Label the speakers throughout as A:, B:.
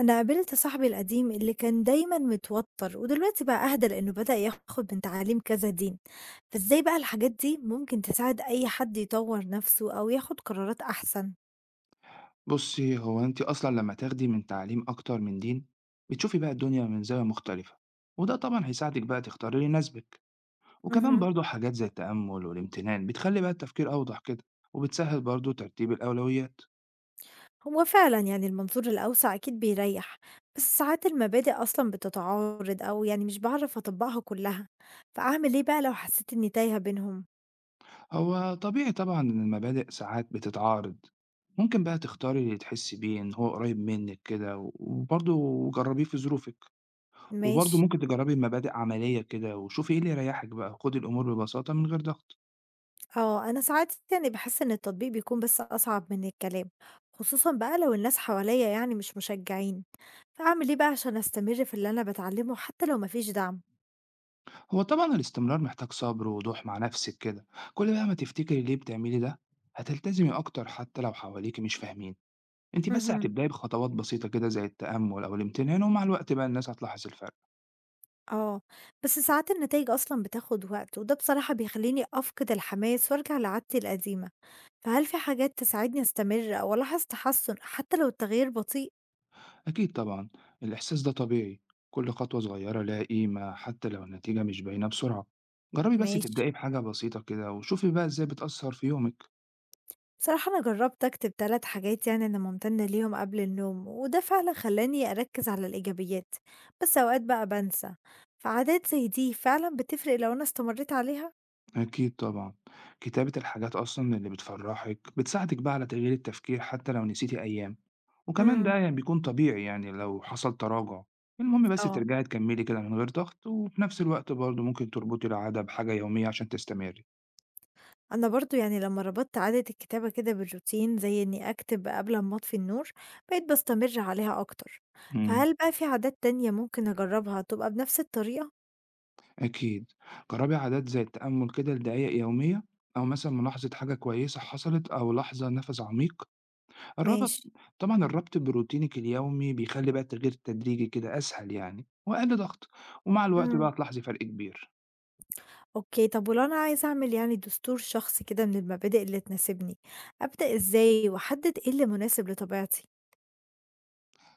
A: أنا قابلت صاحبي القديم اللي كان دايمًا متوتر، ودلوقتي بقى أهدى لإنه بدأ ياخد من تعاليم كذا دين، فإزاي بقى الحاجات دي ممكن تساعد أي حد يطور نفسه أو ياخد قرارات أحسن؟
B: بُصّي، هو أنتِ أصلًا لمّا تاخدي من تعليم أكتر من دين، بتشوفي بقى الدنيا من زاوية مختلفة، وده طبعًا هيساعدِك بقى تختاري اللي يناسبِك، وكمان
A: مهم.
B: برضه حاجات زي التأمُّل والامتنان بتخلّي بقى التفكير أوضح كده، وبتسهّل برضه ترتيب الأولويات.
A: هو فعلًا المنظور الأوسع أكيد بيريح، بس ساعات المبادئ أصلًا بتتعارض أو مش بعرف أطبقها كلها، فأعمل إيه بقى لو حسيت إني تايهة بينهم؟
B: هو طبيعي طبعًا إن المبادئ ساعات بتتعارض، ممكن بقى تختاري اللي تحسّي بيه إن هو قريب منِّك كده، وبرضه جرّبيه في ظروفِك، وبرضه
A: ماشي.
B: ممكن تجرّبي مبادئ عملية كده وشوفي إيه اللي يريّحِك بقى، وخُدي الأمور ببساطة من غير ضغط.
A: آه، أنا ساعات بحس إن التطبيق بيكون بس أصعب من الكلام، خصوصًا بقى لو الناس حواليا مش مشجعين. فأعمل إيه بقى عشان أستمر في اللي أنا باتعلمه حتى لو ما فيش دعم؟
B: هو طبعا الاستمرار محتاج صبر ووضوح مع نفسك كده. كل بقى ما تفتكري ليه بتعملي ده هتلتزمي أكتر حتى لو حواليك مش فاهمين. انت بس
A: اهم.
B: هتبدأي بخطوات بسيطة كده زي التأمل أو الامتنان، ومع الوقت بقى الناس هتلاحظ الفرق.
A: آه، بس ساعات النتايج أصلًا بتاخد وقت، وده بصراحة بيخلّيني أفقد الحماس وأرجع لعادتي القديمة، فهل في حاجات تساعدني أستمر أو ألاحظ تحسُّن حتى لو التغيير بطيء؟
B: أكيد طبعا، الإحساس ده طبيعي. كل خطوة صغيرة لها قيمة حتى لو النتيجة مش باينة بسرعة. جربي بس
A: ماشي.
B: تبدأي بحاجة بسيطة كده وشوفي بقى ازاي بتأثر في يومك.
A: بصراحة أنا جرّبت أكتب 3 حاجات أنا ممتنة ليهم قبل النوم، وده فعلًا خلّاني أركّز على الإيجابيات، بس أوقات بقى بانسى، فعادات زي دي فعلًا بتفرق لو أنا استمريت عليها؟
B: أكيد طبعًا. كتابة الحاجات أصلًا اللي بتفرّحِك بتساعدِك بقى على تغيير التفكير حتى لو نسيتِ أيام، وكمان ده
A: إمم.
B: يعني بيكون طبيعي يعني لو حصل تراجع، المهم بس
A: آه.
B: ترجعي تكمّلي كده من غير ضغط، وفي نفس الوقت برضه ممكن تربطي العادة بحاجة يومية عشان تستمري.
A: أنا برضه لمّا ربطت عادة الكتابة كده بالروتين، زي إني أكتب قبل أمّا أطفي النور، بقيت باستمر عليها أكتر،
B: إمم،
A: فهل بقى في عادات تانية ممكن أجرّبها تبقى بنفس الطريقة؟
B: أكيد. جرّبي عادات زي التأمل كده لدقايق يومية، أو مثلًا ملاحظة حاجة كويسة حصلت أو لحظة نَفَس عميق. الربط
A: ماشي.
B: طبعًا الربط بروتينِك اليومي بيخلّي بقى التغيير التدريجي كده أسهل يعني وأقل ضغط، ومع الوقت بقى
A: إمم.
B: هتلاحظي فرق كبير.
A: أوكي، طب ولو أنا عايزة أعمل دستور شخصي كده من المبادئ اللي تناسبني، أبدأ إزاي وأحدد إيه اللي مناسب لطبيعتي؟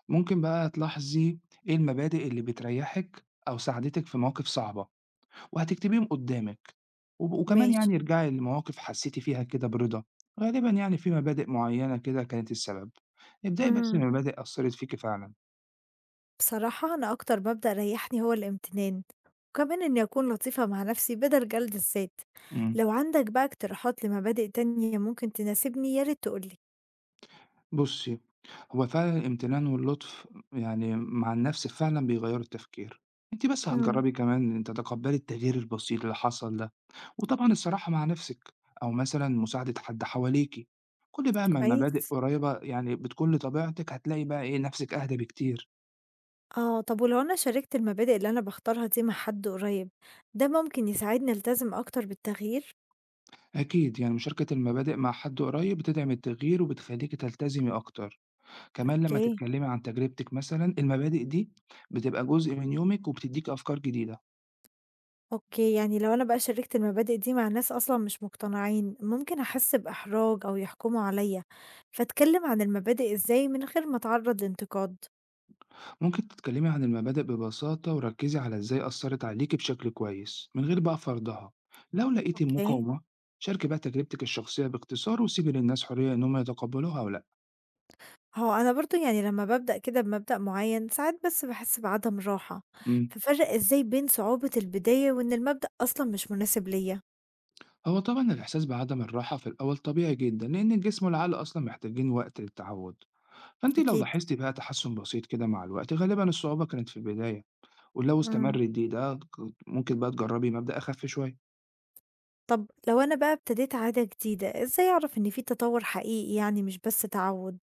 B: ممكن بقى تلاحظي إيه المبادئ اللي بتريّحِك أو ساعدتِك في مواقف صعبة وهتكتبيهم قدّامِك، وكمان
A: ماشي.
B: يعني ارجعي لمواقف حسّيتِ فيها كده برضا، غالبًا يعني في مبادئ معيّنة كده كانت السبب. ابدئي بس
A: إمم.
B: بمبادئ أثّرت فيكِ فعلًا.
A: بصراحة أنا أكتر مبدأ ريحني هو الامتنان، وكمان إني أكون لطيفة مع نفسي بدل جلد الذات.
B: إمم.
A: لو عندك بقى اقتراحات لمبادئ تانية ممكن تناسبني يا ريت تقولي.
B: بُصّي، هو فعلًا الامتنان واللطف يعني مع النَفْس فعلًا بيغيّروا التفكير، أنتِ بس
A: مم.
B: هتجرّبي كمان إن تتقبّلي التغيير البسيط اللي حصل ده، وطبعًا الصراحة مع نَفْسِك أو مثلًا مساعدة حد حواليكِ، كل بقى ما المبادئ
A: كويس.
B: قريّبة يعني بتكون لطبيعتِك هتلاقي بقى إيه، نَفْسِك أهدى بكتير.
A: اه، طب ولو أنا شاركت المبادئ اللي أنا بختارها دي مع حد قريب، ده ممكن يساعدني ألتزم أكتر بالتغيير؟
B: أكيد يعني مشاركة المبادئ مع حد قريّب بتدعم التغيير وبتخلّيكِ تلتزمي أكتر، كمان لمّا
A: اوكي.
B: تتكلّمي عن تجربتِك مثلًا المبادئ دي بتبقى جزء من يومِك وبتدّيكِ أفكار جديدة.
A: أوكي، لو أنا بقى شاركت المبادئ دي مع ناس أصلا مش مقتنعين ممكن أحس بإحراج أو يحكموا عليا، فأتكلم عن المبادئ إزاي من غير ما أتعرض لانتقاد؟
B: ممكن تتكلمي عن المبادئ ببساطة وركزي على إزاي أثرت عليكي بشكل كويس من غير بقى فرضها. لو لقيتي
A: اوكي.
B: مقاومة شاركي بقى تجربتك الشخصية باختصار وسيبي للناس حرية إنهم يتقبلوها أو لأ.
A: هو أنا برضه لمّا بابدأ كده بمبدأ معيّن، ساعات بس باحس بعدم راحة،
B: مم.
A: فافرّق إزاي بين صعوبة البداية وإن المبدأ أصلًا مش مناسب ليّا؟
B: هو طبعا الإحساس بعدم الراحة في الأول طبيعي جدا لأن الجسم والعقل أصلا محتاجين وقت للتعود. فأنت لو
A: أكيد.
B: لاحظتي بقى تحسن بسيط كده مع الوقت غالبا الصعوبة كانت في البداية. ولو استمر
A: إمم.
B: ده ممكن بقى تجربي مبدأ أخف شوية.
A: طب لو أنا بقى ابتديت عادة جديدة، إزاي أعرف إن في تطوّر حقيقي مش بس تعوّد؟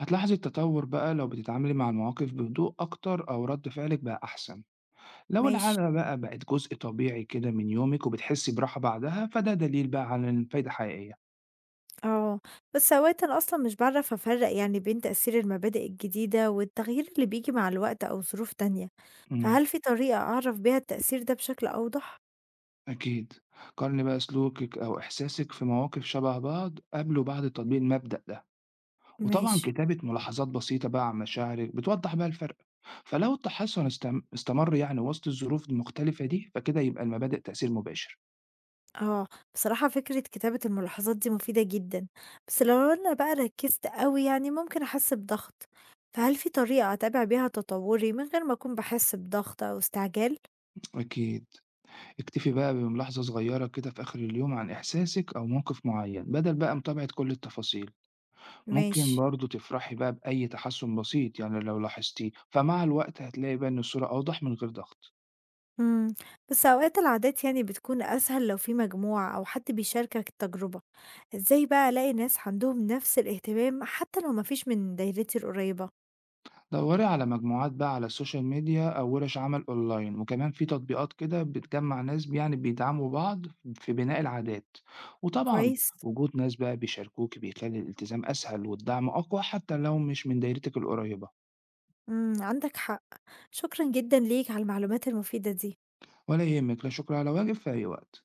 B: هتلاحظي التطور بقى لو بتتعاملي مع المواقف بهدوء أكتر أو رد فعلك بقى أحسن. لو
A: ماشي.
B: العادة بقى بقت جزء طبيعي كده من يومك وبتحسي براحة بعدها فده دليل بقى على إن الفايدة حقيقية.
A: آه. بس أوقات أنا أصلًا مش باعرف أفرّق بين تأثير المبادئ الجديدة والتغيير اللي بييجي مع الوقت أو ظروف تانية،
B: امم
A: فهل في طريقة أعرف بيها التأثير ده بشكل أوضح؟
B: أكيد. قارني بقى سلوكك أو إحساسك في مواقف شبه بعض قبل وبعد تطبيق المبدأ ده، وطبعا
A: ماشي.
B: كتابة ملاحظات بسيطة بقى عن مشاعرك بتوضح بقى الفرق. فلو التحسن استمر يعني وسط الظروف المختلفة دي فكده يبقى المبادئ تأثير مباشر.
A: آه، بصراحة فكرة كتابة الملاحظات دي مفيدة جدًا، بس لو أنا بقى ركزت أوي ممكن أحس بضغط، فهل في طريقة أتابع بيها تطوري من غير ما أكون باحس بضغط أو استعجال؟
B: أكيد، اكتفي بقى بملاحظة صغيرة كده في آخر اليوم عن إحساسِك أو موقف معيّن، بدل بقى متابعة كل التفاصيل، ممكن
A: ماشي.
B: برضه تفرحي بقى بأي تحسُّن بسيط يعني لو لاحظتيه، فمع الوقت هتلاقي بقى إن الصورة أوضح من غير ضغط.
A: إمم. بس أوقات العادات بتكون أسهل لو في مجموعة أو حد بيشاركك التجربة، إزاي بقى ألاقي ناس عندهم نفس الاهتمام حتى لو مفيش من دايرتي القريبة؟
B: دَوّري على مجموعات بقى على السوشيال ميديا أو وِرِش عمل أونلاين، وكمان في تطبيقات كده بتجمّع ناس يعني بيدعموا بعض في بناء العادات، وطبعًا
A: كويس.
B: وجود ناس بقى بيشاركوكِ بيخلّي الالتزام أسهل والدعم أقوى حتى لو مش من دايرتِك القريّبة.
A: إمم، عندك حق، شكرًا جدًا ليك على المعلومات المفيدة دي.
B: ولا يهمِّك، لا شكر على واجب، في أي وقت.